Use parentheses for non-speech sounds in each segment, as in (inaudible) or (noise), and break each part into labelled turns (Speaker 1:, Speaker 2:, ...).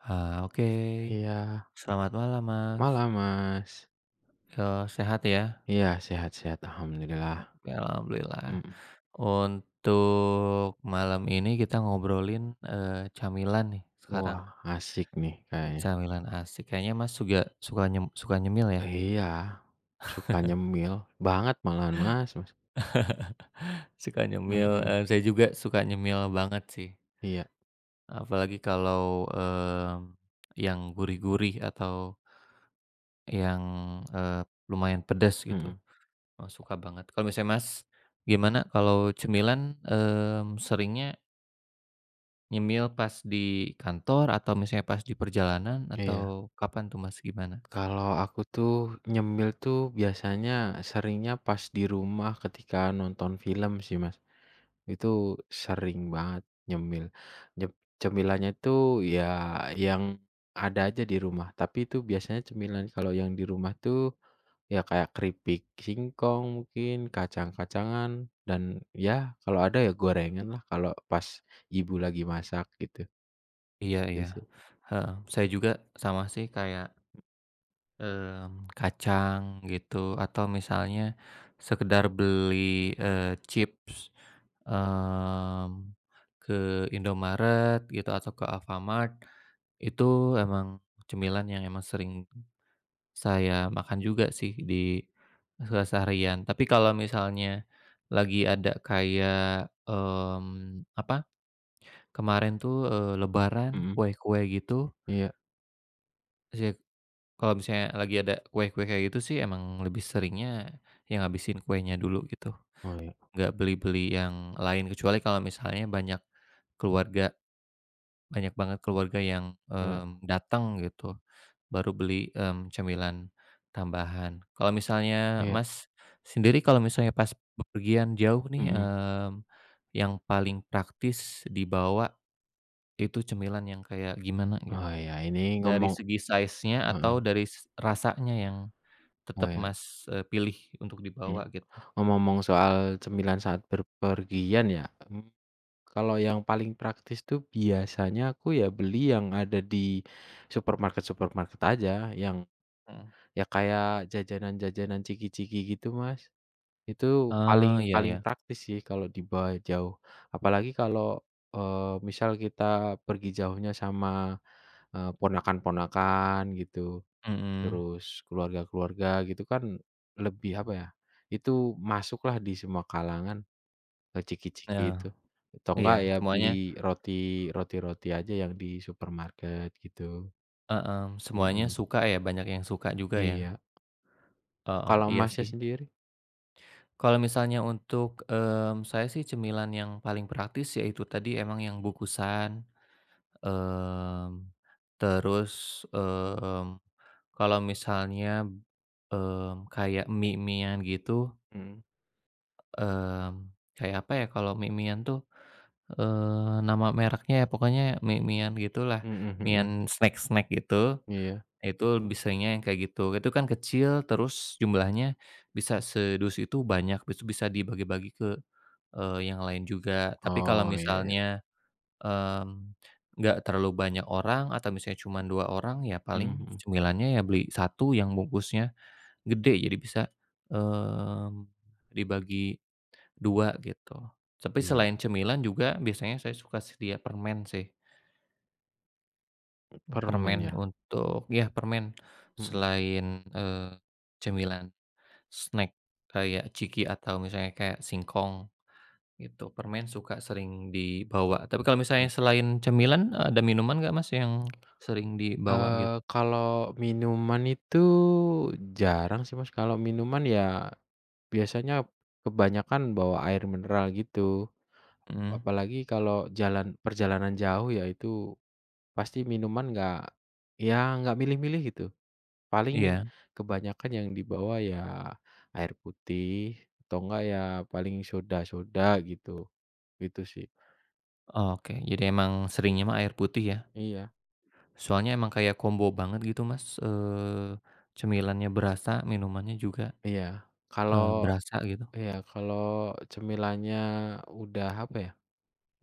Speaker 1: Ah, oke.
Speaker 2: Iya,
Speaker 1: Selamat malam, Mas,
Speaker 2: malam Mas.
Speaker 1: sehat ya?
Speaker 2: Iya, sehat-sehat alhamdulillah,
Speaker 1: Oke, alhamdulillah.
Speaker 2: mhm.
Speaker 1: Untuk malam ini kita ngobrolin, camilan nih
Speaker 2: Wah,
Speaker 1: sekarang,
Speaker 2: asik nih kayaknya.
Speaker 1: camilan asik. Kayaknya Mas juga suka nyemil ya?
Speaker 2: Iya, suka nyemil banget malahan Mas Mas,
Speaker 1: (laughs) Suka nyemil,
Speaker 2: mhm,
Speaker 1: saya juga suka nyemil banget sih,
Speaker 2: iya,
Speaker 1: apalagi kalau, yang gurih-gurih atau yang, eee, lumayan pedas gitu,
Speaker 2: mhm,
Speaker 1: suka banget. Kalau misalnya Mas, gimana kalau cemilan, seringnya nyemil pas di kantor atau misalnya pas di perjalanan
Speaker 2: iya.
Speaker 1: atau kapan tuh, Mas, gimana?
Speaker 2: Kalau aku tuh nyemil tuh biasanya seringnya pas di rumah ketika nonton film sih Mas, itu sering banget nyemil. Nyep cemilannya tuh ya yang ada aja di rumah, tapi itu biasanya cemilan kalau yang di rumah tuh ya kayak keripik singkong mungkin, kacang-kacangan, dan ya kalau ada ya gorengan lah kalau pas ibu lagi masak gitu,
Speaker 1: Iya,
Speaker 2: gitu
Speaker 1: iya,
Speaker 2: sih.
Speaker 1: heeh, saya juga sama sih kayak, kacang gitu atau misalnya sekedar beli, chips, mmm, ke Indomaret gitu atau ke Alfamart, itu emang cemilan yang emang sering saya makan juga sih di keseharian. Tapi kalau misalnya lagi ada kayak, apa, kemarin tuh, lebaran,
Speaker 2: Mhm,
Speaker 1: kue-kue gitu,
Speaker 2: iya.
Speaker 1: sih. Kalau misalnya lagi ada kue-kue kayak gitu sih emang lebih seringnya yang ngabisin kuenya dulu gitu,
Speaker 2: Oh ya,
Speaker 1: nggak beli-beli yang lain. Kecuali kalau misalnya banyak keluarga, banyak banget keluarga yang,
Speaker 2: iya
Speaker 1: datang gitu. Baru beli, cemilan tambahan. Kalau misalnya
Speaker 2: iya,
Speaker 1: Mas sendiri kalau misalnya pas bepergian jauh nih,
Speaker 2: mhm.
Speaker 1: yang paling praktis dibawa itu cemilan yang kayak gimana gitu?
Speaker 2: Oh ya ini
Speaker 1: Dari
Speaker 2: ngomong
Speaker 1: segi size-nya
Speaker 2: heeh,
Speaker 1: atau dari rasanya yang
Speaker 2: oh
Speaker 1: tetap
Speaker 2: ya,
Speaker 1: Mas, pilih untuk
Speaker 2: mhm.
Speaker 1: dibawa gitu?
Speaker 2: Ngomong-ngomong soal cemilan saat berpergian ya, mmm, kalau yang paling praktis tuh biasanya aku ya beli yang ada di supermarket-supermarket aja, yang
Speaker 1: Mhm.
Speaker 2: ya kayak jajanan-jajanan ciki-ciki gitu, Mas. Itu
Speaker 1: Oh,
Speaker 2: paling
Speaker 1: iya,
Speaker 2: paling
Speaker 1: iya.
Speaker 2: praktis sih kalau dibawa jauh. Apalagi kalau, eee, misal kita pergi jauhnya sama, ponakan-ponakan gitu,
Speaker 1: Mhm.
Speaker 2: terus keluarga-keluarga gitu kan lebih, apa ya, itu masuklah di semua kalangan, ciki-ciki
Speaker 1: Nah,
Speaker 2: itu. Atau enggak
Speaker 1: iya
Speaker 2: ya
Speaker 1: semuanya,
Speaker 2: beli roti roti-roti aja yang di supermarket gitu.
Speaker 1: heeh, semuanya
Speaker 2: Mhm,
Speaker 1: suka ya, banyak yang suka juga ya?
Speaker 2: iya.
Speaker 1: Heeh,
Speaker 2: Kalau
Speaker 1: iya
Speaker 2: Masnya
Speaker 1: sih.
Speaker 2: sendiri?
Speaker 1: Kalau misalnya untuk, saya sih cemilan yang paling praktis yaitu tadi emang yang bukusan, mmm, terus, mmm, kalau misalnya, kayak mie mian gitu,
Speaker 2: Mhm,
Speaker 1: mmm, kayak apa ya kalau mie mian tuh, nama mereknya ya pokoknya mie mian gitulah,
Speaker 2: mhm
Speaker 1: mian
Speaker 2: mhm,
Speaker 1: snack-snack gitu,
Speaker 2: iya.
Speaker 1: itu biasanya yang kayak gitu. Itu kan kecil terus jumlahnya bisa sedus itu banyak, bisa dibagi-bagi ke yang lain juga. Tapi kalau
Speaker 2: Oh, iya iya,
Speaker 1: misalnya, mmm, nggak terlalu banyak orang atau misalnya cuma 2 orang, ya
Speaker 2: mhm
Speaker 1: paling
Speaker 2: mhm,
Speaker 1: cemilannya ya beli satu yang bungkusnya gede, jadi bisa, mmm, dibagi 2 gitu. Tapi
Speaker 2: iya.
Speaker 1: selain cemilan juga biasanya saya suka sedia permen sih.
Speaker 2: Permen
Speaker 1: Permen
Speaker 2: ya?
Speaker 1: untuk ya permen
Speaker 2: Mhm
Speaker 1: selain, cemilan snack kayak ciki atau misalnya kayak singkong. Gitu, permen suka sering dibawa. Tapi kalau misalnya
Speaker 2: mhm.
Speaker 1: selain cemilan, ada minuman nggak Mas yang sering dibawa
Speaker 2: Eee,
Speaker 1: gitu?
Speaker 2: kalau minuman itu jarang sih Mas, kalau minuman ya biasanya kebanyakan bawa air mineral gitu.
Speaker 1: Mhm,
Speaker 2: Apalagi kalau jalan perjalanan jauh ya itu pasti minuman nggak ya nggak milih-milih gitu. Paling
Speaker 1: iya,
Speaker 2: kebanyakan yang dibawa ya air putih atau enggak ya paling soda-soda gitu, gitu sih.
Speaker 1: oke. Jadi emang seringnya mah air putih ya?
Speaker 2: Iya
Speaker 1: Soalnya emang kayak combo banget gitu Mas, cemilannya berasa, minumannya juga,
Speaker 2: iya. Kalau
Speaker 1: berasa gitu.
Speaker 2: iya, kalau cemilannya udah apa ya,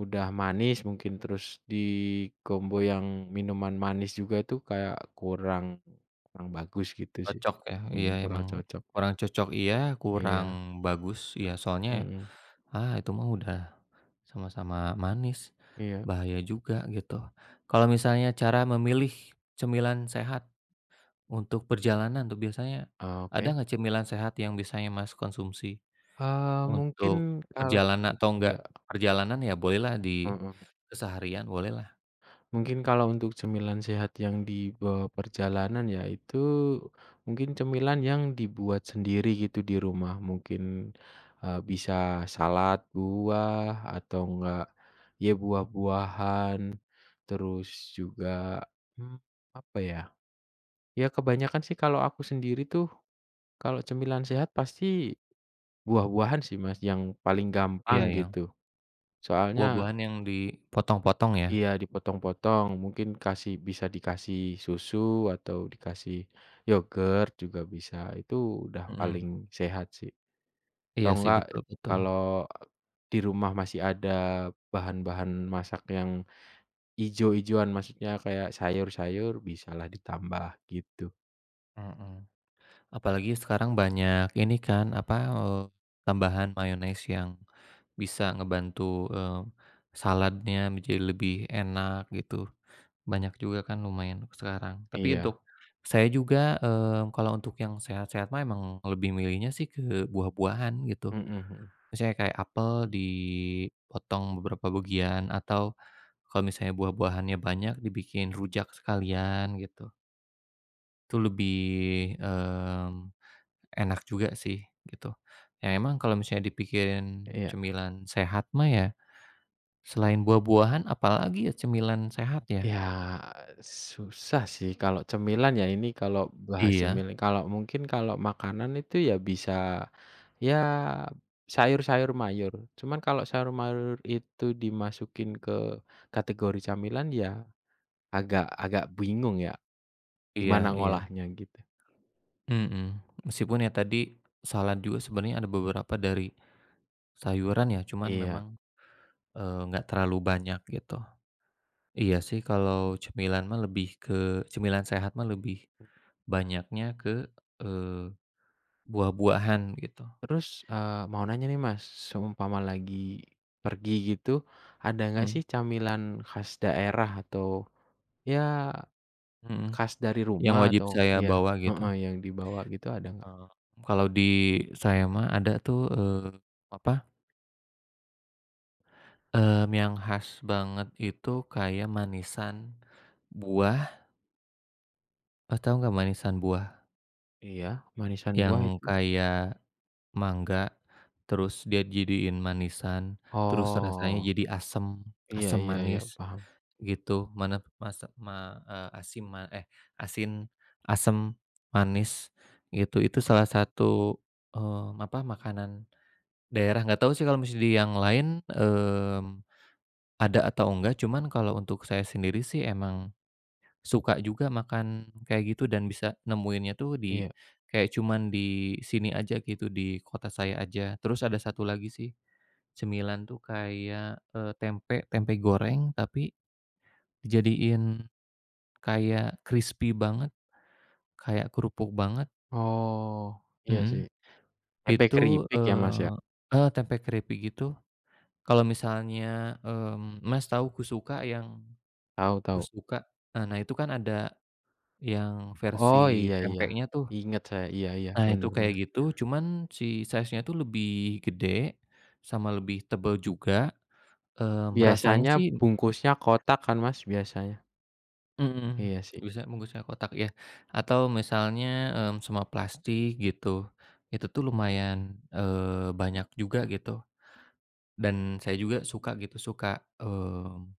Speaker 2: udah manis mungkin terus di combo yang minuman manis juga itu kayak kurang kurang bagus gitu sih,
Speaker 1: Cocok ya? Iya,
Speaker 2: mhm, kurang
Speaker 1: emang
Speaker 2: cocok.
Speaker 1: kurang cocok, iya,
Speaker 2: Iya,
Speaker 1: kurang bagus, iya, soalnya,
Speaker 2: mhm,
Speaker 1: ah, itu mah udah sama-sama manis,
Speaker 2: iya,
Speaker 1: bahaya juga gitu. Kalau misalnya cara memilih cemilan sehat untuk perjalanan tuh biasanya
Speaker 2: ah,
Speaker 1: ada
Speaker 2: oke,
Speaker 1: nggak cemilan sehat yang biasanya Mas konsumsi
Speaker 2: mungkin
Speaker 1: untuk
Speaker 2: kal
Speaker 1: perjalanan atau
Speaker 2: iya,
Speaker 1: enggak perjalanan ya bolehlah di
Speaker 2: mhm.
Speaker 1: keseharian bolehlah.
Speaker 2: Mungkin kalau untuk cemilan sehat yang dibawa perjalanan ya itu mungkin cemilan yang dibuat sendiri gitu di rumah. Mungkin, bisa salad buah atau enggak ya buah-buahan, terus juga, mmm, apa ya, ya kebanyakan sih kalau aku sendiri tuh kalau cemilan sehat pasti buah-buahan sih Mas yang paling
Speaker 1: Iya,
Speaker 2: gampang
Speaker 1: iya.
Speaker 2: gitu. Soalnya
Speaker 1: Buah-buahan yang dipotong-potong ya?
Speaker 2: iya, dipotong-potong, mungkin kasih bisa dikasih susu atau dikasih yogurt juga bisa, itu udah
Speaker 1: Mhm.
Speaker 2: paling sehat sih.
Speaker 1: Iya
Speaker 2: Atau
Speaker 1: sih,
Speaker 2: enggak
Speaker 1: betul, betul.
Speaker 2: kalau di rumah masih ada bahan-bahan masak yang ijo-ijoan, maksudnya kayak sayur-sayur bisalah ditambah gitu.
Speaker 1: Mhm. Apalagi sekarang banyak ini kan apa, tambahan mayones yang bisa ngebantu, saladnya menjadi lebih enak gitu, banyak juga kan lumayan sekarang. Tapi
Speaker 2: Iya,
Speaker 1: untuk saya juga, kalau untuk yang sehat-sehat mah emang lebih milihnya sih ke buah-buahan gitu.
Speaker 2: mhm mhm,
Speaker 1: Misalnya kayak apel dipotong beberapa bagian atau kalau misalnya buah-buahannya banyak dibikin rujak sekalian gitu. Itu lebih, enak juga sih gitu. Ya emang kalau misalnya dipikirin
Speaker 2: iya.
Speaker 1: cemilan sehat mah ya selain buah-buahan, apalagi ya cemilan sehat ya?
Speaker 2: Ya susah sih kalau cemilan ya ini kalau bahas
Speaker 1: Iya,
Speaker 2: cemilan, kalau mungkin kalau makanan itu ya bisa ya, sayur-sayur mayur, cuman kalau sayur mayur itu dimasukin ke kategori camilan ya agak agak bingung ya
Speaker 1: iya,
Speaker 2: gimana
Speaker 1: iya,
Speaker 2: ngolahnya gitu.
Speaker 1: mhm, meskipun ya tadi salad juga sebenarnya ada beberapa dari sayuran ya cuman
Speaker 2: Iya,
Speaker 1: memang, nggak terlalu banyak gitu. Iya sih kalau cemilan mah lebih ke cemilan sehat mah lebih banyaknya ke, eee, buah-buahan gitu,
Speaker 2: terus, mau nanya nih Mas, seumpama lagi pergi gitu, ada nggak sih
Speaker 1: mhm,
Speaker 2: camilan khas daerah atau ya
Speaker 1: mhm,
Speaker 2: khas dari
Speaker 1: yang
Speaker 2: rumah
Speaker 1: wajib
Speaker 2: atau
Speaker 1: saya
Speaker 2: iya,
Speaker 1: bawa gitu.
Speaker 2: heeh, yang dibawa gitu ada nggak?
Speaker 1: Eee, Kalau di saya mah ada tuh, apa. Yang khas banget itu kayak manisan buah, Mas, tahu nggak manisan buah?
Speaker 2: Iya, manisan buah
Speaker 1: Yang
Speaker 2: itu?
Speaker 1: kayak mangga, terus dia jadiin manisan, terus rasanya
Speaker 2: Oh,
Speaker 1: jadi asem,
Speaker 2: iya
Speaker 1: asem
Speaker 2: iya iya,
Speaker 1: manis
Speaker 2: paham,
Speaker 1: gitu, mana masa ma eee, asim ma eh, asin, asem, manis gitu. Itu salah satu, apa, makanan daerah, nggak tahu sih kalau misalnya di yang lain, ada atau enggak, cuman kalau untuk saya sendiri sih emang suka juga makan kayak gitu dan bisa nemuinnya tuh di
Speaker 2: iya.
Speaker 1: kayak cuman di sini aja gitu, di kota saya aja. Terus ada satu lagi sih, cemilan tuh kayak, tempe tempe goreng tapi dijadiin kayak crispy banget, kayak kerupuk banget,
Speaker 2: Oh, iya
Speaker 1: mhm.
Speaker 2: sih. Tempe
Speaker 1: Itu,
Speaker 2: keripik ya, Mas, ya?
Speaker 1: heeh, tempe keripik gitu. Kalau misalnya, Mas tahu kusuka yang
Speaker 2: Tahu tahu.
Speaker 1: kusuka? Nah, nah, itu kan ada yang
Speaker 2: Oh,
Speaker 1: versi
Speaker 2: iya iya.
Speaker 1: tempenya tuh.
Speaker 2: Ingat saya, iya iya,
Speaker 1: Nah, itu
Speaker 2: bener
Speaker 1: kayak
Speaker 2: bener.
Speaker 1: gitu, cuman si size-nya tuh lebih gede, sama lebih tebel juga, rasanya
Speaker 2: Biasanya
Speaker 1: sih,
Speaker 2: bungkusnya kotak kan, Mas, biasanya?
Speaker 1: mhm,
Speaker 2: Iya sih.
Speaker 1: bisa bungkusnya kotak ya, atau misalnya, sama plastik gitu, itu tuh lumayan, banyak juga gitu, dan saya juga suka gitu, suka, mmm,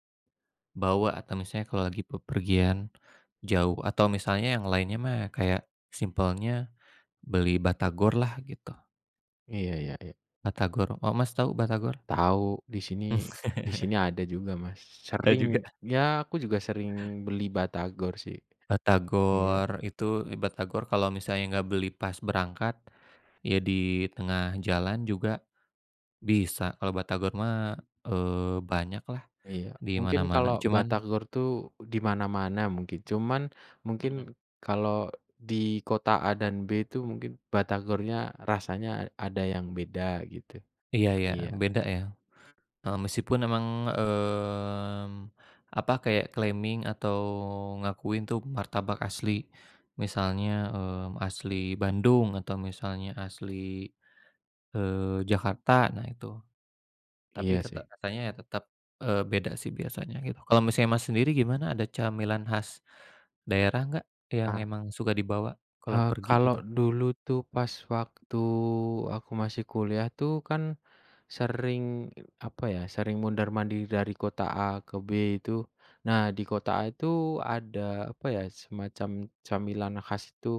Speaker 1: bawa atau misalnya kalau lagi bepergian jauh atau misalnya yang lainnya mah kayak simpelnya beli batagor lah gitu,
Speaker 2: Iya iya iya.
Speaker 1: batagor, oh Mas tahu batagor?
Speaker 2: Tahu di sini
Speaker 1: (laughs)
Speaker 2: ada juga, Mas.
Speaker 1: Tahu
Speaker 2: Sering
Speaker 1: juga.
Speaker 2: ya aku juga sering beli batagor sih. Iya.
Speaker 1: Batagor itu, batagor kalau misalnya nggak beli pas berangkat, ya di tengah jalan juga bisa. Kalau batagor mah, banyaklah
Speaker 2: Iya,
Speaker 1: di
Speaker 2: mungkin kalau
Speaker 1: mana-mana, cuman
Speaker 2: batagor tuh di mana-mana mungkin, cuman mungkin
Speaker 1: mhm,
Speaker 2: kalau di kota A dan B itu mungkin batagornya rasanya ada yang beda gitu.
Speaker 1: iya, ya
Speaker 2: Iya,
Speaker 1: beda ya. Meskipun emang, mmm, apa, kayak claiming atau ngakuin tuh martabak asli, misalnya, asli Bandung atau misalnya asli, Jakarta, nah itu. Tapi
Speaker 2: iya
Speaker 1: tetap
Speaker 2: sih.
Speaker 1: rasanya ya tetap, beda sih biasanya gitu. Kalau misalnya Mas sendiri gimana, ada camilan khas daerah nggak yang
Speaker 2: Ah,
Speaker 1: emang suka dibawa kalau pergi
Speaker 2: kalau
Speaker 1: gitu?
Speaker 2: dulu tuh pas waktu aku masih kuliah tuh kan sering, apa ya, sering mondar-mandir dari kota A ke B itu. Nah di kota A itu ada, apa ya, semacam camilan khas itu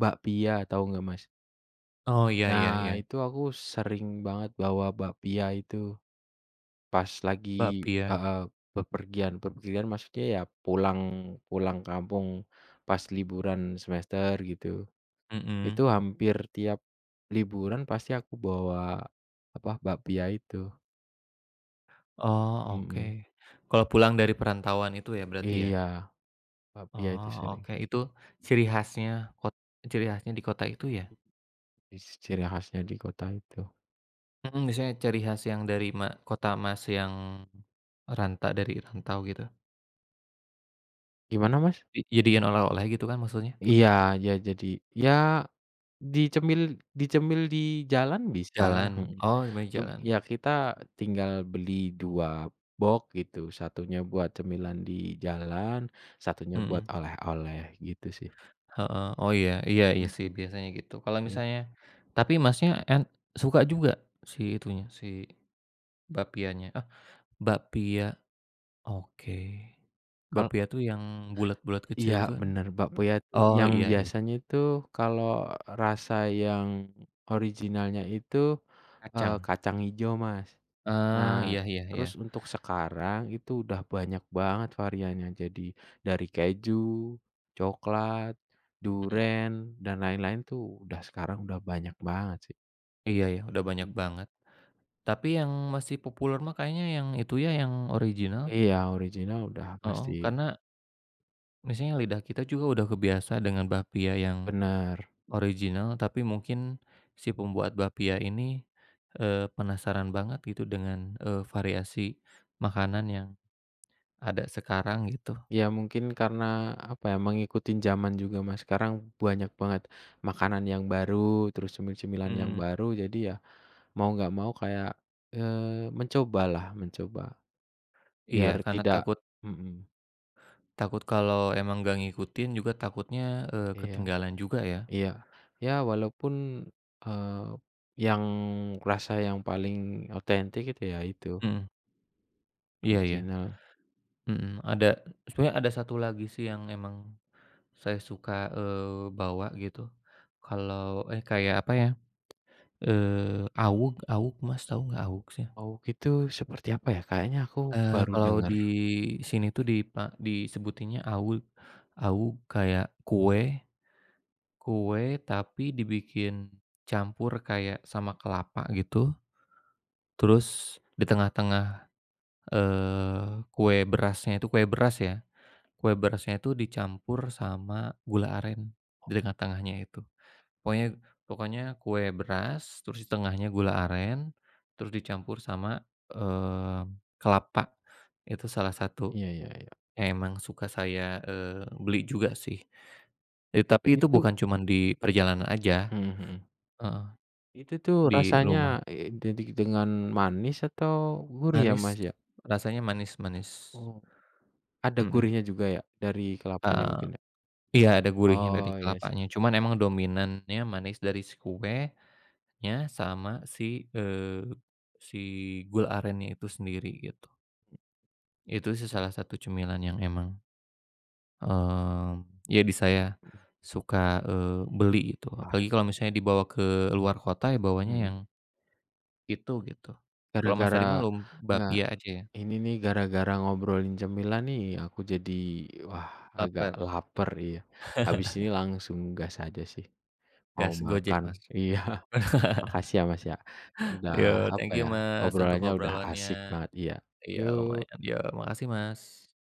Speaker 2: bakpia, tahu nggak Mas?
Speaker 1: Oh, iya, iya,
Speaker 2: Nah,
Speaker 1: iya,
Speaker 2: itu aku sering banget bawa bakpia itu pas lagi
Speaker 1: bakpia,
Speaker 2: heeh, bepergian. Bepergian maksudnya ya pulang pulang kampung pas liburan semester gitu.
Speaker 1: mhm.
Speaker 2: Itu hampir tiap liburan pasti aku bawa apa, bakpia itu.
Speaker 1: Oh
Speaker 2: Mhm.
Speaker 1: oke, kalau pulang dari perantauan itu ya berarti ya?
Speaker 2: Iya, bakpia itu
Speaker 1: Oh
Speaker 2: sering
Speaker 1: oke, itu ciri khasnya kot ciri khasnya di kota itu ya?
Speaker 2: is ciri khasnya di kota itu.
Speaker 1: Mhm, misalnya ciri khas yang dari kota Mas yang dari rantau gitu,
Speaker 2: Gimana Mas?
Speaker 1: di jadiin oleh-oleh gitu kan maksudnya?
Speaker 2: Iya, ya jadi ya Dicemil dicemil di jalan bisa,
Speaker 1: Jalan,
Speaker 2: mhm,
Speaker 1: oh namanya
Speaker 2: cem
Speaker 1: jalan,
Speaker 2: ya kita tinggal beli dua box gitu, satunya buat cemilan di jalan, satunya buat
Speaker 1: mhm.
Speaker 2: oleh-oleh gitu sih,
Speaker 1: Heeh, oh, iya, iya, iya sih
Speaker 2: mhm,
Speaker 1: biasanya gitu. Kalau
Speaker 2: iya.
Speaker 1: misalnya tapi Masnya suka juga si itunya, si bakpianya, ah, bakpia, oke.
Speaker 2: Kalau
Speaker 1: Bakpia tuh yang bulat-bulat
Speaker 2: iya
Speaker 1: kecil gitu kan?
Speaker 2: bener, bakpia tuh
Speaker 1: Oh,
Speaker 2: yang
Speaker 1: iya, iya,
Speaker 2: biasanya itu kalau rasa yang originalnya itu,
Speaker 1: kacang.
Speaker 2: kacang ijo, Mas. Nah,
Speaker 1: Eee, iya, iya, iya,
Speaker 2: terus untuk sekarang itu udah banyak banget variannya. Jadi dari keju, coklat,
Speaker 1: mhm,
Speaker 2: duren, dan lain-lain tuh udah sekarang udah banyak banget sih.
Speaker 1: iya ya udah banyak
Speaker 2: Mmm,
Speaker 1: banget. Tapi yang masih populer mah kayaknya yang itu ya, yang original,
Speaker 2: iya original udah
Speaker 1: heeh,
Speaker 2: pasti,
Speaker 1: karena misalnya lidah kita juga udah kebiasa dengan bakpia yang
Speaker 2: bener.
Speaker 1: original, tapi mungkin si pembuat bapia ini, penasaran banget gitu dengan, variasi makanan yang ada sekarang gitu.
Speaker 2: Ya mungkin karena apa ya, mengikuti zaman juga Mas, sekarang banyak banget makanan yang baru, terus cemil-cemilan yang
Speaker 1: Mhm,
Speaker 2: baru, jadi ya mau nggak mau kayak, mencobalah, mencoba
Speaker 1: iya,
Speaker 2: biar
Speaker 1: karena
Speaker 2: tidak
Speaker 1: takut,
Speaker 2: mhm,
Speaker 1: takut kalau emang nggak ngikutin juga takutnya,
Speaker 2: iya.
Speaker 1: ketinggalan juga ya.
Speaker 2: Iya. Ya walaupun, eee, yang yang paling otentik itu ya itu,
Speaker 1: Mhm, iya, iya,
Speaker 2: original.
Speaker 1: mhm, sebenarnya ada satu lagi sih yang emang saya suka, bawa gitu, kalau kayak apa ya, awug awug Mas, tahu nggak awug sih?
Speaker 2: Oh gitu seperti apa ya? Kayaknya aku baru
Speaker 1: Kalau
Speaker 2: dengar.
Speaker 1: di sini tuh disebutinnya awu awu kayak kue kue tapi dibikin campur kayak sama kelapa gitu, terus di tengah-tengah, kue berasnya itu kue beras ya, kue berasnya itu dicampur sama gula aren di tengah-tengahnya itu. Pokoknya pokoknya kue beras, terus di tengahnya gula aren, terus dicampur sama, eee, kelapa. Itu salah satu.
Speaker 2: Iya iya iya.
Speaker 1: Emang suka saya, beli juga sih, tapi itu
Speaker 2: Itu
Speaker 1: bukan cuman di perjalanan aja,
Speaker 2: mhm mhm.
Speaker 1: heeh,
Speaker 2: Itu tuh
Speaker 1: di
Speaker 2: rasanya
Speaker 1: rumah.
Speaker 2: identik dengan manis atau gurih ya,
Speaker 1: Manis,
Speaker 2: Mas, ya?
Speaker 1: rasanya manis-manis,
Speaker 2: Oh, ada
Speaker 1: mhm,
Speaker 2: gurihnya juga ya dari kelapanya
Speaker 1: eee,
Speaker 2: mungkin ya?
Speaker 1: iya, ada gurihnya dari
Speaker 2: Oh iya sih.
Speaker 1: kelapanya, cuman emang dominannya manis dari si kuenya sama si gula arennya itu sendiri gitu. Itu sih salah satu cemilan yang emang, ya di saya
Speaker 2: Mhm.
Speaker 1: suka, beli gitu,
Speaker 2: Wah
Speaker 1: apalagi kalau misalnya dibawa ke luar kota ya bawanya
Speaker 2: mhm.
Speaker 1: yang itu gitu. Kalau Mas
Speaker 2: Gara-gara
Speaker 1: tadi mah
Speaker 2: nggak.
Speaker 1: lumbapia aja ya?
Speaker 2: Ini nih gara-gara ngobrolin cemilan nih aku jadi, wah agak
Speaker 1: Laper,
Speaker 2: lapar iya. Habis ini langsung gas aja sih mau
Speaker 1: gas Gojek,
Speaker 2: makan.
Speaker 1: Mas.
Speaker 2: Iya (laughs) makasih ya Mas ya, udah
Speaker 1: Yo,
Speaker 2: apa
Speaker 1: thank you,
Speaker 2: ya,
Speaker 1: Mas, untuk
Speaker 2: obrolannya udah asik
Speaker 1: obrolannya.
Speaker 2: banget, iya.
Speaker 1: Iya lumayan.
Speaker 2: Yuk.
Speaker 1: Yo, makasih, Mas.